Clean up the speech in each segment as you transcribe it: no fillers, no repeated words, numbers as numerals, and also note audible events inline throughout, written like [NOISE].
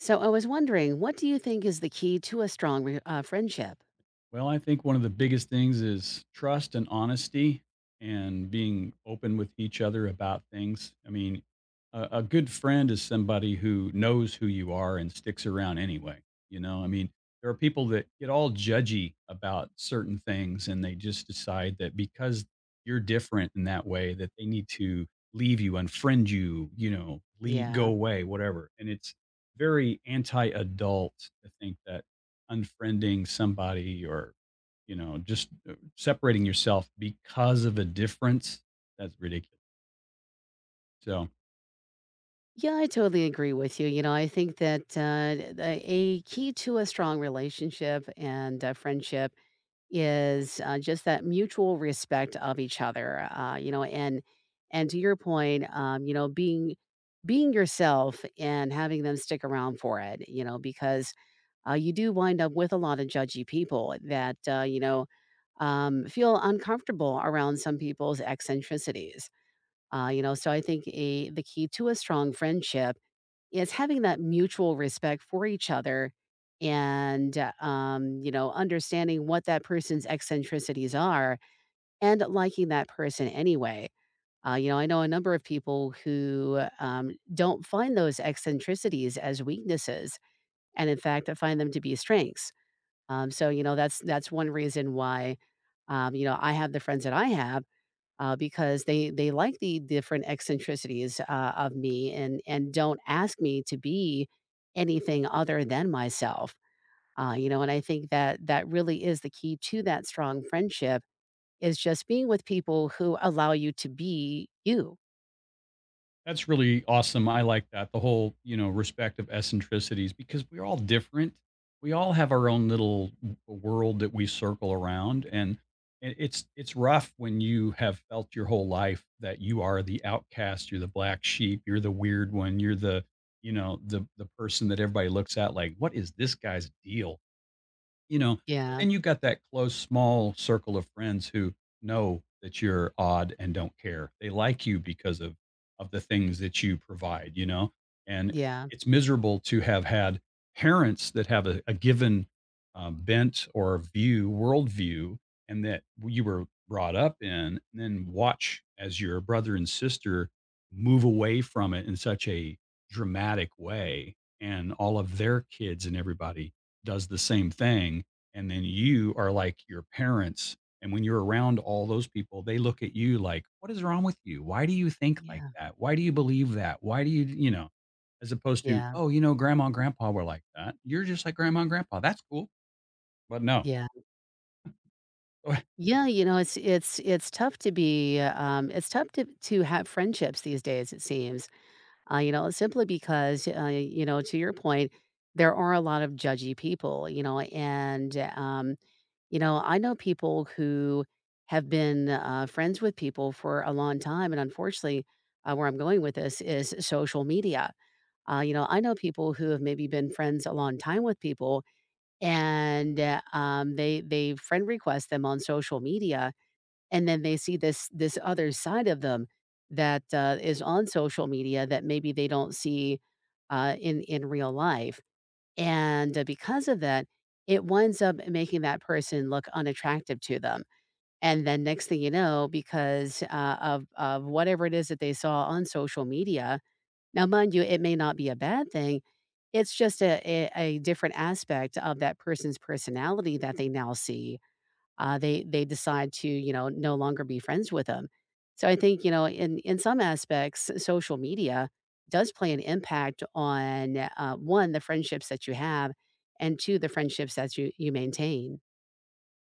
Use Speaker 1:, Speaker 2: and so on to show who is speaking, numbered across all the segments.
Speaker 1: So I was wondering, what do you think is the key to a strong friendship?
Speaker 2: Well, I think one of the biggest things is trust and honesty and being open with each other about things. I mean, a good friend is somebody who knows who you are and sticks around anyway. You know, I mean, there are people that get all judgy about certain things and they just decide that because you're different in that way that they need to leave you, unfriend you, you know, leave, go
Speaker 1: Yeah.
Speaker 2: away, whatever. And it's very anti-adult to think that unfriending somebody or you know just separating yourself because of a difference that's ridiculous so
Speaker 1: Yeah, I totally agree with you. You know, I think that a key to a strong relationship and a friendship is just that mutual respect of each other, you know, and to your point, you know, being yourself and having them stick around for it, you know, because you do wind up with a lot of judgy people that, you know, feel uncomfortable around some people's eccentricities. You know, so I think the key to a strong friendship, it's having that mutual respect for each other, and, you know, understanding what that person's eccentricities are and liking that person anyway. You know, I know a number of people who, don't find those eccentricities as weaknesses, and in fact, find them to be strengths. So, you know, that's one reason why, you know, I have the friends that I have, because they like the different eccentricities of me, and don't ask me to be anything other than myself. You know, and I think that that really is the key to that strong friendship, is just being with people who allow you to be you.
Speaker 2: that's really awesome. I like that, the whole you know respect of eccentricities, because we're all different. We all have our own little world that we circle around and it's rough when you have felt your whole life that you are the outcast, you're the black sheep, you're the weird one, you're the you know the person that everybody looks at like what is this guy's deal. You know, but
Speaker 1: Yeah,
Speaker 2: then you've got that close, small circle of friends who know that you're odd and don't care. They like you because of the things that you provide, you know? And
Speaker 1: yeah,
Speaker 2: it's miserable to have had parents that have a given bent or view, worldview, and that you were brought up in, and then watch as your brother and sister move away from it in such a dramatic way. And all of their kids and everybody does the same thing. And then you are like your parents. And when you're around all those people, they look at you like, what is wrong with you? Why do you think like
Speaker 1: yeah,
Speaker 2: that? Why do you believe that? Why do you, you know, as opposed to,
Speaker 1: yeah,
Speaker 2: oh, you know, grandma and grandpa were like that. You're just like grandma and grandpa. That's cool. But no,
Speaker 1: yeah,
Speaker 2: [LAUGHS]
Speaker 1: yeah. You know, it's tough to be. It's tough to have friendships these days. It seems, you know, simply because, you know, to your point, there are a lot of judgy people, you know, and, you know, I know people who have been friends with people for a long time. And unfortunately, where I'm going with this is social media. You know, I know people who have maybe been friends a long time with people, and they friend request them on social media, and then they see this other side of them that, is on social media that maybe they don't see, in real life, and, because of that, it winds up making that person look unattractive to them, and then next thing you know, because, of whatever it is that they saw on social media, now mind you, it may not be a bad thing, it's just a different aspect of that person's personality that they now see. They decide to, you know, no longer be friends with them. So I think, you know, in some aspects, social media does play an impact on, one, the friendships that you have, and two, the friendships that you maintain.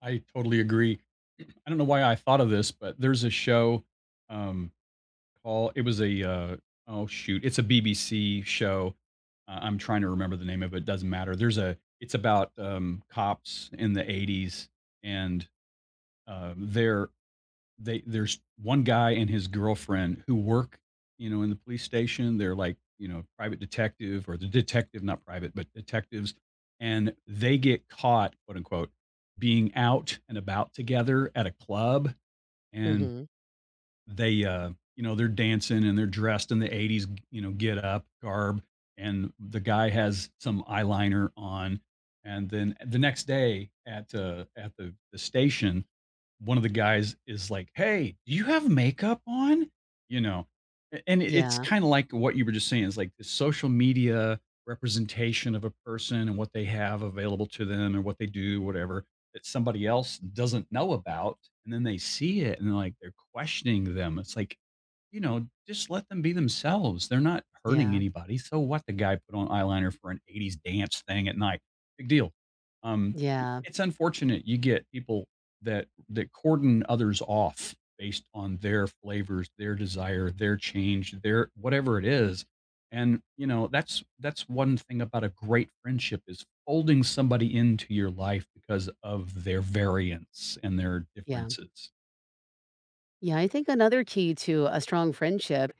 Speaker 2: I totally agree. I don't know why I thought of this, but there's a show. Um, Paul. It was a oh shoot, it's a BBC show. I'm trying to remember the name of it. Doesn't matter. There's a. It's about cops in the '80s, and uh, they're they there's one guy and his girlfriend who work, you know, in the police station. They're like you know private detective or the detective, not private, but detectives, and they get caught, quote unquote, being out and about together at a club, and
Speaker 1: Hmm.
Speaker 2: they you know they're dancing and they're dressed in the '80s you know get up garb, and the guy has some eyeliner on. And then the next day at the station one of the guys is like, hey, do you have makeup on, you know? It's
Speaker 1: Yeah,
Speaker 2: kind of like what you were just saying, is like the social media representation of a person and what they have available to them and what they do whatever, that somebody else doesn't know about, and then they see it and like they're questioning them. It's like, you know, just let them be themselves. They're not hurting
Speaker 1: yeah,
Speaker 2: anybody. So what, the guy put on eyeliner for an '80s dance thing at night? Big deal. Um,
Speaker 1: yeah,
Speaker 2: it's unfortunate you get people that cordon others off based on their flavors, their desire, their change, their whatever it is. And you know, that's one thing about a great friendship, is folding somebody into your life because of their variance and their
Speaker 1: yeah.
Speaker 2: differences.
Speaker 1: Yeah, I think another key to a strong friendship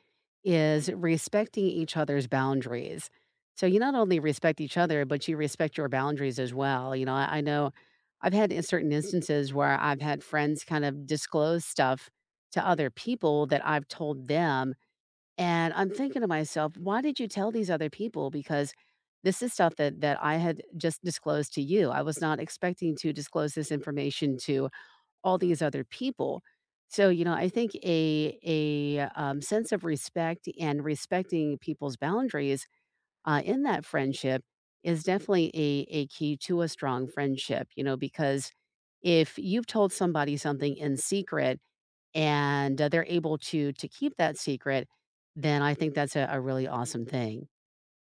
Speaker 1: is respecting each other's boundaries. So you not only respect each other, but you respect your boundaries as well. You know, I know I've had, in certain instances, where I've had friends kind of disclose stuff to other people that I've told them. And I'm thinking to myself, why did you tell these other people? Because this is stuff that I had just disclosed to you. I was not expecting to disclose this information to all these other people. So, you know, I think a sense of respect and respecting people's boundaries, in that friendship, is definitely a key to a strong friendship, you know, because if you've told somebody something in secret, and, they're able to keep that secret, then I think that's a really awesome thing.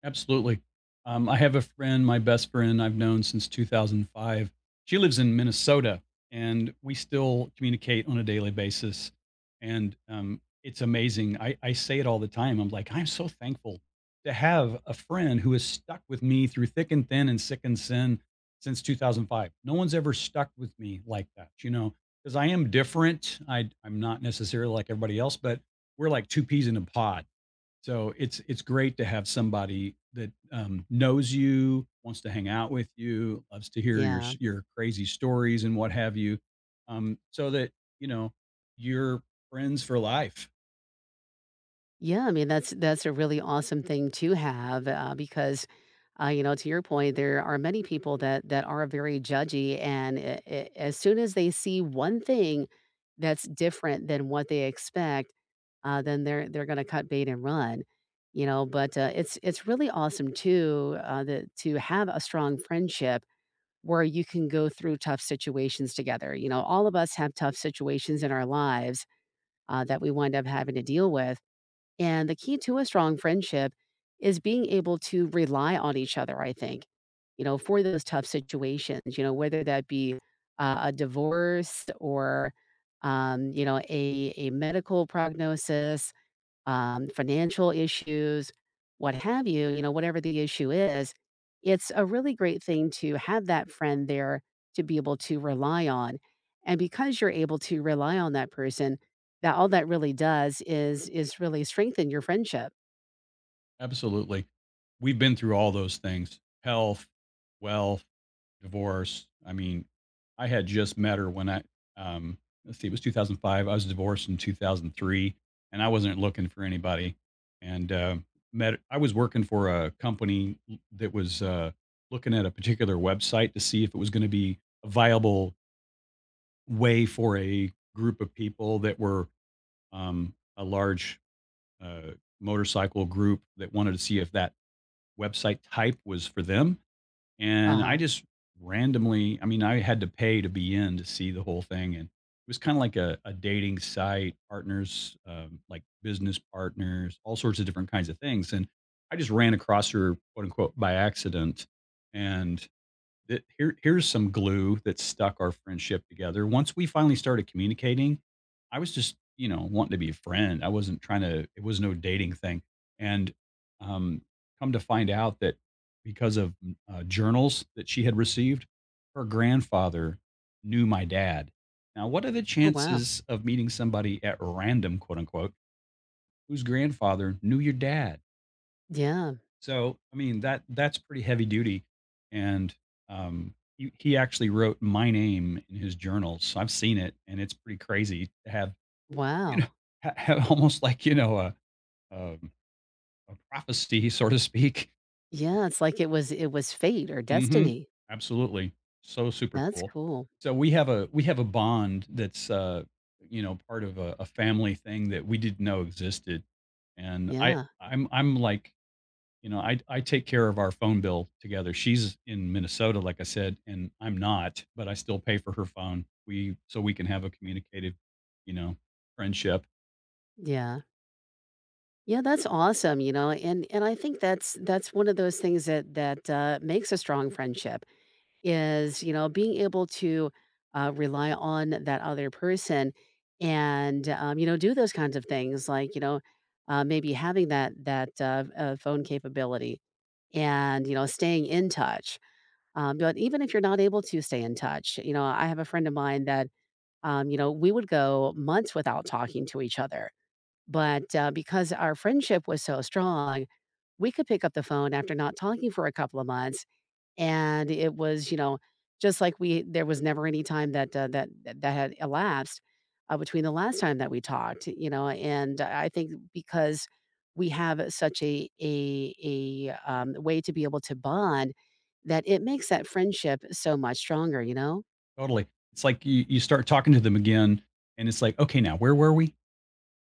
Speaker 2: Absolutely. I have a friend, my best friend I've known since 2005. She lives in Minnesota and we still communicate on a daily basis. And it's amazing. I say it all the time. I'm like, I'm so thankful to have a friend who has stuck with me through thick and thin and sick and sin since 2005. No one's ever stuck with me like that, you know, because I am different. I'm not necessarily like everybody else, but we're like two peas in a pod, so it's great to have somebody that knows you, wants to hang out with you, loves to hear your
Speaker 1: Yeah.
Speaker 2: your crazy stories and what have you, so that you know you're friends for life.
Speaker 1: Yeah, I mean that's a really awesome thing to have, because, you know, to your point, there are many people that that are very judgy, and as soon as they see one thing that's different than what they expect, then they're going to cut bait and run, you know. But it's really awesome too, that to have a strong friendship where you can go through tough situations together. You know, all of us have tough situations in our lives that we wind up having to deal with, and the key to a strong friendship is being able to rely on each other, I think, you know, for those tough situations, you know, whether that be a divorce, or, you know, a medical prognosis, financial issues, what have you, you know, whatever the issue is, it's a really great thing to have that friend there to be able to rely on. And because you're able to rely on that person, that all that really does is really strengthen your friendship.
Speaker 2: Absolutely, we've been through all those things: health, wealth, divorce. I mean, I had just met her when um, let's see, it was 2005. I was divorced in 2003, and I wasn't looking for anybody. And met. I was working for a company that was looking at a particular website to see if it was going to be a viable way for a group of people that were a large uh, motorcycle group that wanted to see if that website type was for them, and I
Speaker 1: Uh-huh.
Speaker 2: just randomly, I mean, I had to pay to be in to see the whole thing. And it was kind of like a dating site, partners, like business partners, all sorts of different kinds of things. And I just ran across her, quote unquote, by accident. And that here's some glue that stuck our friendship together. Once we finally started communicating, I was just, you know, wanting to be a friend. I wasn't trying to, it was no dating thing. And um come to find out that because of journals that she had received, her grandfather knew my dad. Now, what are the
Speaker 1: Oh wow.
Speaker 2: chances of meeting somebody at random, quote unquote, whose grandfather knew your dad?
Speaker 1: Yeah.
Speaker 2: So, I mean, that that's pretty heavy duty, and, he actually wrote my name in his journals. So I've seen it, and it's pretty crazy to have, you know,
Speaker 1: Wow.
Speaker 2: [LAUGHS] ha have almost like, you know, um, a prophecy, so to speak.
Speaker 1: Yeah, it's like it was fate or
Speaker 2: Mhm.
Speaker 1: destiny.
Speaker 2: Absolutely. So super
Speaker 1: That's
Speaker 2: cool.
Speaker 1: cool.
Speaker 2: So we have a, we have a bond that's, you know, part of a family thing that we didn't know existed, and I
Speaker 1: Yeah.
Speaker 2: I'm I'm like you know, I take care of our phone bill together. She's in Minnesota, like I said, and I'm not, but I still pay for her phone. We so we can have a communicative, you know, friendship.
Speaker 1: Yeah. Yeah, that's awesome, you know, and I think that's one of those things that that, makes a strong friendship, is, you know, being able to, rely on that other person, and, you know, do those kinds of things, like, you know, maybe having that that, phone capability, and, you know, staying in touch. But even if you're not able to stay in touch, you know, I have a friend of mine that, you know, we would go months without talking to each other, but, because our friendship was so strong, we could pick up the phone after not talking for a couple of months, and it was, you know, just like we there was never any time that, that had elapsed, between the last time that we talked, you know, and I think because we have such a way to be able to bond, that it makes that friendship so much stronger, you know?
Speaker 2: Totally. It's like you start talking to them again, and it's like, okay, now where were we?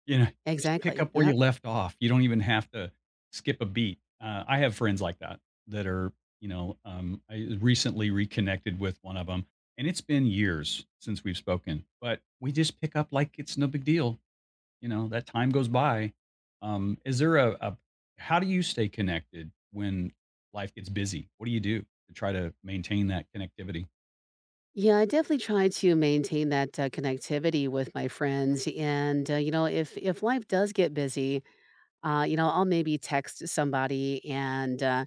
Speaker 2: You know, just pick
Speaker 1: Exactly,
Speaker 2: up where
Speaker 1: yep.
Speaker 2: you left off. You don't even have to skip a beat. I have friends like that that are, you know, I recently reconnected with one of them, and it's been years since we've spoken, but we just pick up like it's no big deal. You know, that time goes by. Is there a how do you stay connected when life gets busy? What do you do to try to maintain that connectivity?
Speaker 1: Yeah, I definitely try to maintain that, connectivity with my friends, and, you know, if life does get busy, you know, I'll maybe text somebody and, uh,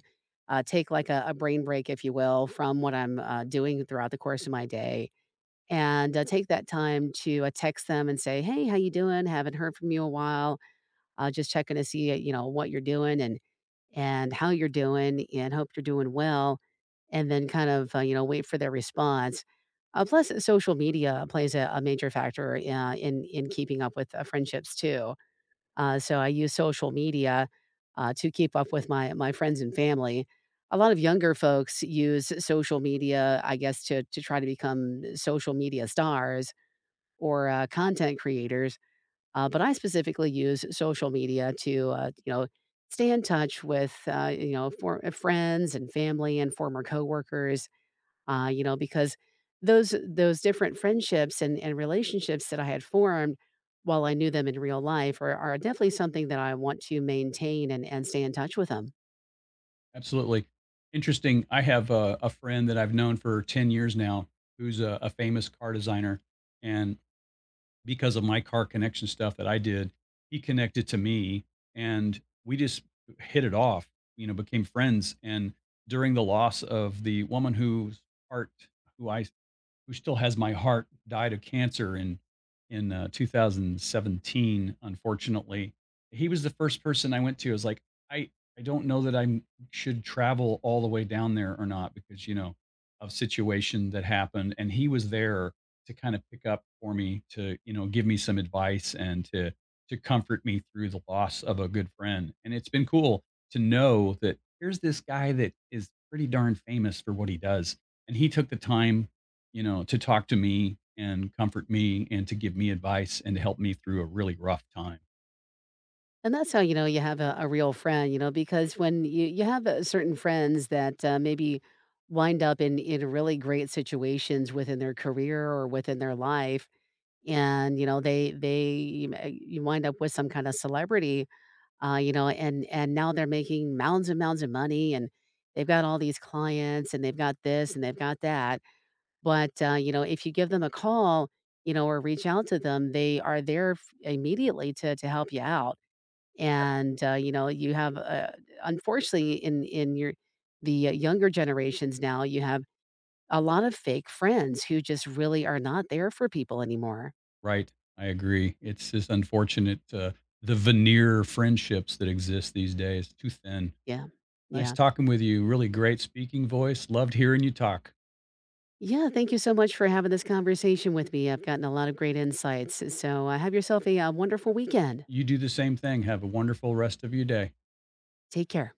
Speaker 1: uh, take, like, a brain break, if you will, from what I'm, doing throughout the course of my day, and, take that time to, text them and say, "Hey, how you doing? Haven't heard from you a while. Just checking to see, you know, what you're doing and how you're doing and hope you're doing well, and then kind of, you know, wait for their response. Plus, social media plays a major factor in keeping up with friendships too. So I use social media to keep up with my friends and family. A lot of younger folks use social media, I guess, to try to become social media stars or content creators. But I specifically use social media to, you know, stay in touch with, you know, for, friends and family and former coworkers. You know, because those different friendships and relationships that I had formed while I knew them in real life are definitely something that I want to maintain and stay in touch with them.
Speaker 2: Absolutely. Interesting. I have a friend that I've known for 10 years now who's a famous car designer. And because of my car connection stuff that I did, he connected to me and we just hit it off, you know, became friends. And during the loss of the woman whose heart, who I who still has my heart, died of cancer in 2017. Unfortunately, he was the first person I went to. I was like, I I don't know that I should travel all the way down there or not because you know of situation that happened, and he was there to kind of pick up for me to you know give me some advice and to comfort me through the loss of a good friend. And it's been cool to know that here's this guy that is pretty darn famous for what he does. And he took the time you know, to talk to me and comfort me and to give me advice and to help me through a really rough time.
Speaker 1: And that's how you know you have a real friend, you know, because when you have certain friends that, maybe wind up in really great situations within their career or within their life, and you know you wind up with some kind of celebrity, you know, and now they're making mounds and mounds of money, and they've got all these clients, and they've got this and they've got that. But you know, if you give them a call, you know, or reach out to them, they are there immediately to help you out, and, you know, you have, unfortunately, in your, the, younger generations now, you have a lot of fake friends who just really are not there for people anymore.
Speaker 2: Right. I agree. It's just unfortunate the veneer friendships that exist these days, too thin.
Speaker 1: Yeah.
Speaker 2: Nice
Speaker 1: Yeah.
Speaker 2: talking with you. Really great speaking voice. Loved hearing you talk.
Speaker 1: Yeah, thank you so much for having this conversation with me. I've gotten a lot of great insights. So, have yourself a, wonderful weekend.
Speaker 2: You do the same thing. Have a wonderful rest of your day.
Speaker 1: Take care.